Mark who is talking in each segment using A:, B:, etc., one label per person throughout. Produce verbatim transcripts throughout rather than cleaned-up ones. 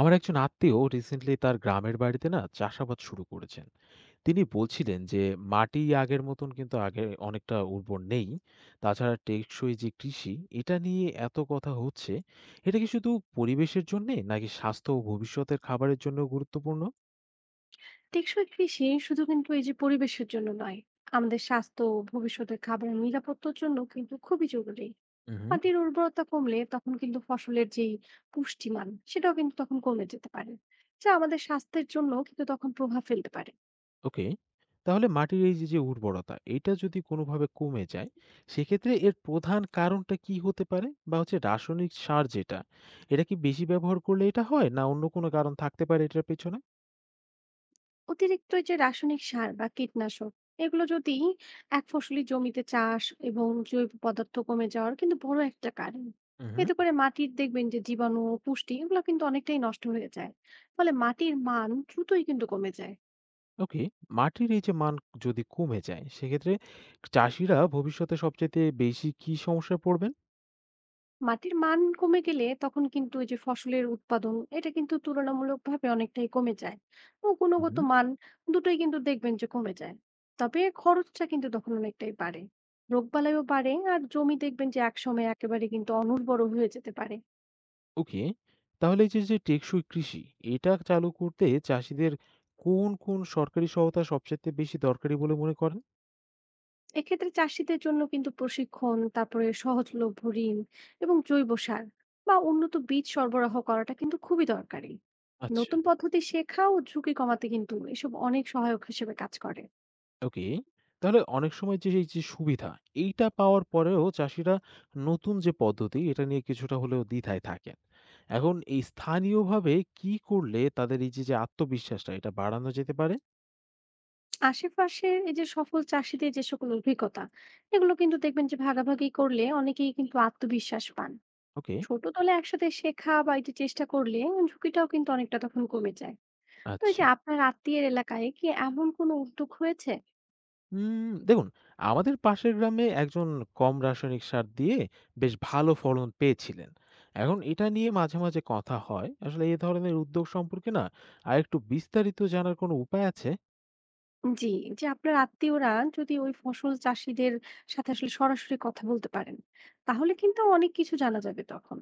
A: আমার একজন আত্মীয় রিসেন্টলি তার গ্রামের বাড়িতে না চাষাবাদ শুরু করেছেন। তিনি বলছিলেন যে মাটি আগের মতন কিন্তু আগে অনেকটা উর্বর নেই। তাছাড়া টেকসই যে কৃষি এটা নিয়ে এত কথা হচ্ছে, এটা কি শুধু পরিবেশের জন্য নাকি স্বাস্থ্য ও ভবিষ্যতের খাবারের জন্য গুরুত্বপূর্ণ?
B: টেকসই কৃষি শুধু কিন্তু এই যে পরিবেশের জন্য নয়, আমাদের স্বাস্থ্য ও ভবিষ্যতের খাবারের নিরাপত্তার জন্য কিন্তু খুবই জরুরি।
A: হুম।
B: মাটির উর্বরতা কমলে তখন কিন্তু ফসলের যেই পুষ্টিমান সেটাও কিন্তু তখন কমে যেতে পারে, যা আমাদের স্বাস্থ্যের জন্য কিন্তু তখন প্রভাব ফেলতে পারে।
A: ওকে। তাহলে মাটির এই যে, যে উর্বরতা, এটা যদি কোনোভাবে কমে যায়, সেক্ষেত্রে এর প্রধান কারণটা কি হতে পারে? বা হচ্ছে রাসায়নিক সার যেটা, এটা কি বেশি ব্যবহার করলে এটা হয়? না অন্য কোনো কারণ থাকতে পারে এটার পেছনে?
B: অতিরিক্ত এই যে রাসায়নিক সার বা কীটনাশক, এগুলো যদি এক ফসলি জমিতে চাষ এবং জৈব পদার্থ কমে যাওয়ার কিন্তু বড় একটা কারণ।
A: হুম, হুম।
B: এতে করে মাটির দেখবেন যে জীবাণু ও পুষ্টি এগুলো কিন্তু অনেকটাই নষ্ট হয়ে যায়, ফলে মাটির মান দ্রুতই কিন্তু কমে যায়।
A: ওকে। মাটির এই যে মান যদি কমে যায়, সেক্ষেত্রে চাষীরা ভবিষ্যতে সবচাইতে বেশি কি সমস্যায় পড়বেন?
B: মাটির মান কমে গেলে তখন কিন্তু এই যে ফসলের উৎপাদন এটা কিন্তু তুলনামূলকভাবে অনেকটাই কমে যায় ও
A: হুম,
B: গুণগত
A: হুম।
B: মান দুটোই কিন্তু দেখবেন যে কমে যায়, তবে খরচটা কিন্তু তখন অনেকটাই বাড়ে, রোগবালাইও বাড়ে আর জমি দেখবেন যে একসময় একেবারে কিন্তু অনুর্বর হয়ে যেতে পারে।
A: ওকে। তাহলে এই যে, যে টেকসই কৃষি, এটা চালু করতে চাষীদের কোন, কোন সরকারি সহায়তা সবচাইতে বেশি দরকারি বলে মনে করেন?
B: এক্ষেত্রে চাষিদের জন্য কিন্তু প্রশিক্ষণ, তারপরে সহজলভ্য ঋণ এবং জৈব সার বা উন্নত বীজ সরবরাহ করাটা কিন্তু খুবই দরকারি।
A: আচ্ছা।
B: নতুন পদ্ধতি শেখা ও ঝুঁকি কমাতে কিন্তু এসব অনেক সহায়ক হিসেবে কাজ করে।
A: ওকে। তাহলে অনেক সময় যে এই যে সুবিধা, এইটা পাওয়ার পরেও চাষীরা নতুন যে পদ্ধতি এটা নিয়ে কিছুটা হলেও দ্বিধায় থাকেন। এখন এই স্থানীয়ভাবে কি করলে তাদের এই যে, যে আত্মবিশ্বাসটা এটা বাড়ানো যেতে পারে?
B: আশেপাশের এই যে সফল চাষীদের যে সকল অভিজ্ঞতা, এগুলো কিন্তু দেখবেন যে ভাগাভাগি করলে অনেকেই কিন্তু আত্মবিশ্বাস পান।
A: ওকে,
B: ছোট দলে একসাথে শেখা বা এই যে চেষ্টা করলে ঝুঁকিটাও কিন্তু অনেকটা তখন কমে যায়। তো এই যে
A: আচ্ছা।
B: আপনার আত্মীয়ের এলাকায় কি এমন কোনো উদ্যোগ হয়েছে?
A: উম দেখুন, আমাদের পাশের গ্রামে একজন কম রাসায়নিক সার দিয়ে বেশ ভালো ফলন পেয়েছিলেন। এখন এটা নিয়ে মাঝে, মাঝে কথা হয়। আসলে এ ধরনের উদ্যোগ সম্পর্কে না আরেকটু বিস্তারিত জানার কোনো উপায় আছে?
B: জি, যে আপনার আত্মীয়রা যদি ওই ফসল চাষীদের সাথে আসলে সরাসরি কথা বলতে পারেন, তাহলে কিন্তু অনেক কিছু জানা যাবে তখন।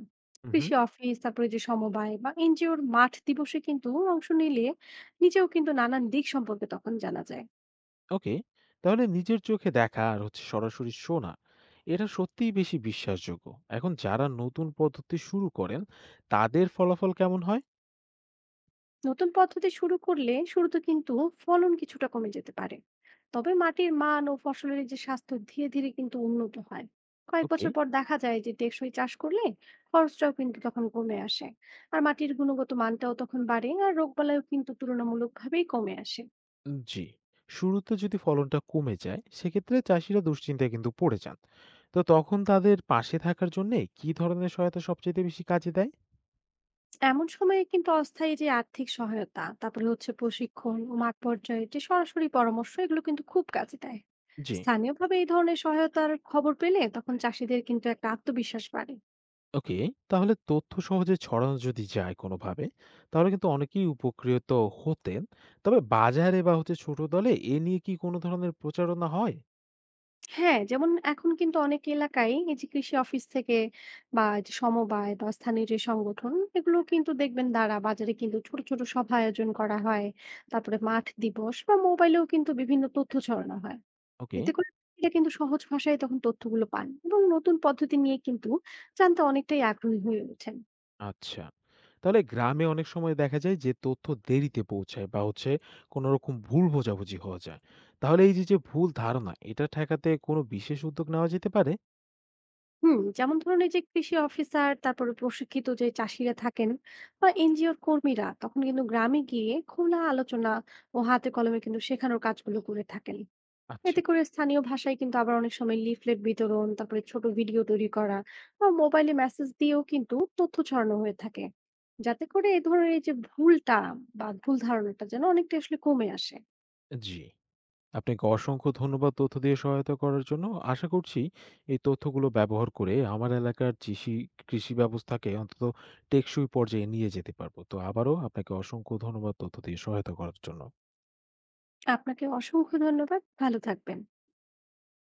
A: উহু।
B: কৃষি অফিস, তারপরে যে সমবায় বা এনজিওর মাঠ দিবসে কিন্তু অংশ নিলে নিজেও কিন্তু নানান দিক সম্পর্কে তখন জানা যায়।
A: ওকে, তাহলে নিজের চোখে দেখা আর হচ্ছে সরাসরি শোনা এটা সত্যিই বেশি বিশ্বাসযোগ্য। এখন যারা নতুন পদ্ধতি শুরু করেন, তাদের ফলাফল কেমন হয়?
B: নতুন পদ্ধতি শুরু করলে শুরুতে কিন্তু ফলন কিছুটা কমে যেতে পারে, তবে মাটির মান ও ফসলের যে স্বাস্থ্য ধীরে ধীরে কিন্তু উন্নত হয়। কয়েক
A: ওকে।
B: বছর পর দেখা যায় যে টেকসই চাষ করলে খরচটাও কিন্তু তখন কমে আসে, আর মাটির গুণগত মানটাও তখন বাড়ে আর রোগবালাইও কিন্তু তুলনামূলকভাবেই কমে আসে।
A: জি। শুরুতে যদি ফলনটা কমে যায়, সেক্ষেত্রে চাষিরা দুশ্চিন্তায় কিন্তু পড়ে যান। তো তখন তাদের পাশে থাকার জন্য কি ধরনের সহায়তা সবচেয়ে বেশি কাজে দেয়?
B: এমন সময়ে কিন্তু অস্থায়ী যে আর্থিক সহায়তা, তারপরে হচ্ছে প্রশিক্ষণ ও মাঠ পর্যায়ে যে সরাসরি পরামর্শ, এগুলো কিন্তু খুব কাজে দেয়।
A: জি।
B: স্থানীয়ভাবে এই ধরনের সহায়তার খবর পেলে তখন চাষিদের কিন্তু একটা আত্মবিশ্বাস বাড়ে।
A: ওকে, তাহলে তথ্য সহজে ছড়ানো যদি যায় কোনোভাবে, তাহলে কিন্তু অনেকেই উপকৃত হতেন। তবে বাজারে বা হচ্ছে ছোট দলে এ নিয়ে কি কোনো ধরনের প্রচারণা হয়?
B: হ্যাঁ, যেমন এখন কিন্তু অনেক এলাকায় এই যে কৃষি অফিস থেকে বা এই যে সমবায় বা স্থানীয় যে সংগঠন, এগুলো কিন্তু দেখবেন দ্বারা বাজারে কিন্তু ছোট ছোট সভা আয়োজন করা হয়। তারপরে মাঠ দিবস বা মোবাইলেও কিন্তু বিভিন্ন তথ্য ছড়ানো হয়।
A: ওকে,
B: এতে করে এটা কিন্তু সহজ ভাষায় তখন তথ্যগুলো পান এবং নতুন পদ্ধতি নিয়ে কিন্তু জানতে অনেকটাই আগ্রহী হয়ে ওঠেন।
A: আচ্ছা। তাহলে গ্রামে অনেক সময় দেখা যায় যে তথ্য দেরিতে পৌঁছায় বা হচ্ছে কোনো রকম ভুল বোঝাবুঝি হয়ে যায়। তাহলে এই যে, যে ভুল ধারণা এটা ঠেকাতে কোনো বিশেষ উদ্যোগ নেওয়া যেতে পারে?
B: হুম যেমন ধরুন এই যে কৃষি অফিসার, তারপরে প্রশিক্ষিত যে চাষিরা থাকেন বা এনজিওর কর্মীরা তখন কিন্তু গ্রামে গিয়ে খোলা আলোচনা ও হাতে কলমে কিন্তু শেখানোর কাজগুলো করে থাকেন।
A: আচ্ছা,
B: এতে করে স্থানীয় ভাষায় কিন্তু আবার অনেক সময় লিফলেট বিতরণ, তারপরে ছোট ভিডিও তৈরি করা বা মোবাইলে মেসেজ দিয়েও কিন্তু তথ্য ছড়ানো হয়ে থাকে, যাতে করে এই ধরনের এই যে ভুলটা বা ভুল ধারণাটা যেন অনেকটা আসলে কমে আসে।
A: জি। আপনাকে অসংখ্য ধন্যবাদ তথ্য দিয়ে সহায়তা করার জন্য। আশা করছি এই তথ্যগুলো ব্যবহার করে আমার এলাকার কৃষি কৃষি ব্যবস্থাকে অন্তত টেকসই পর্যায়ে নিয়ে যেতে পারবো। তো আবারও আপনাকে অসংখ্য ধন্যবাদ তথ্য দিয়ে সহায়তা করার জন্য।
B: আপনাকে অসংখ্য ধন্যবাদ, ভালো থাকবেন।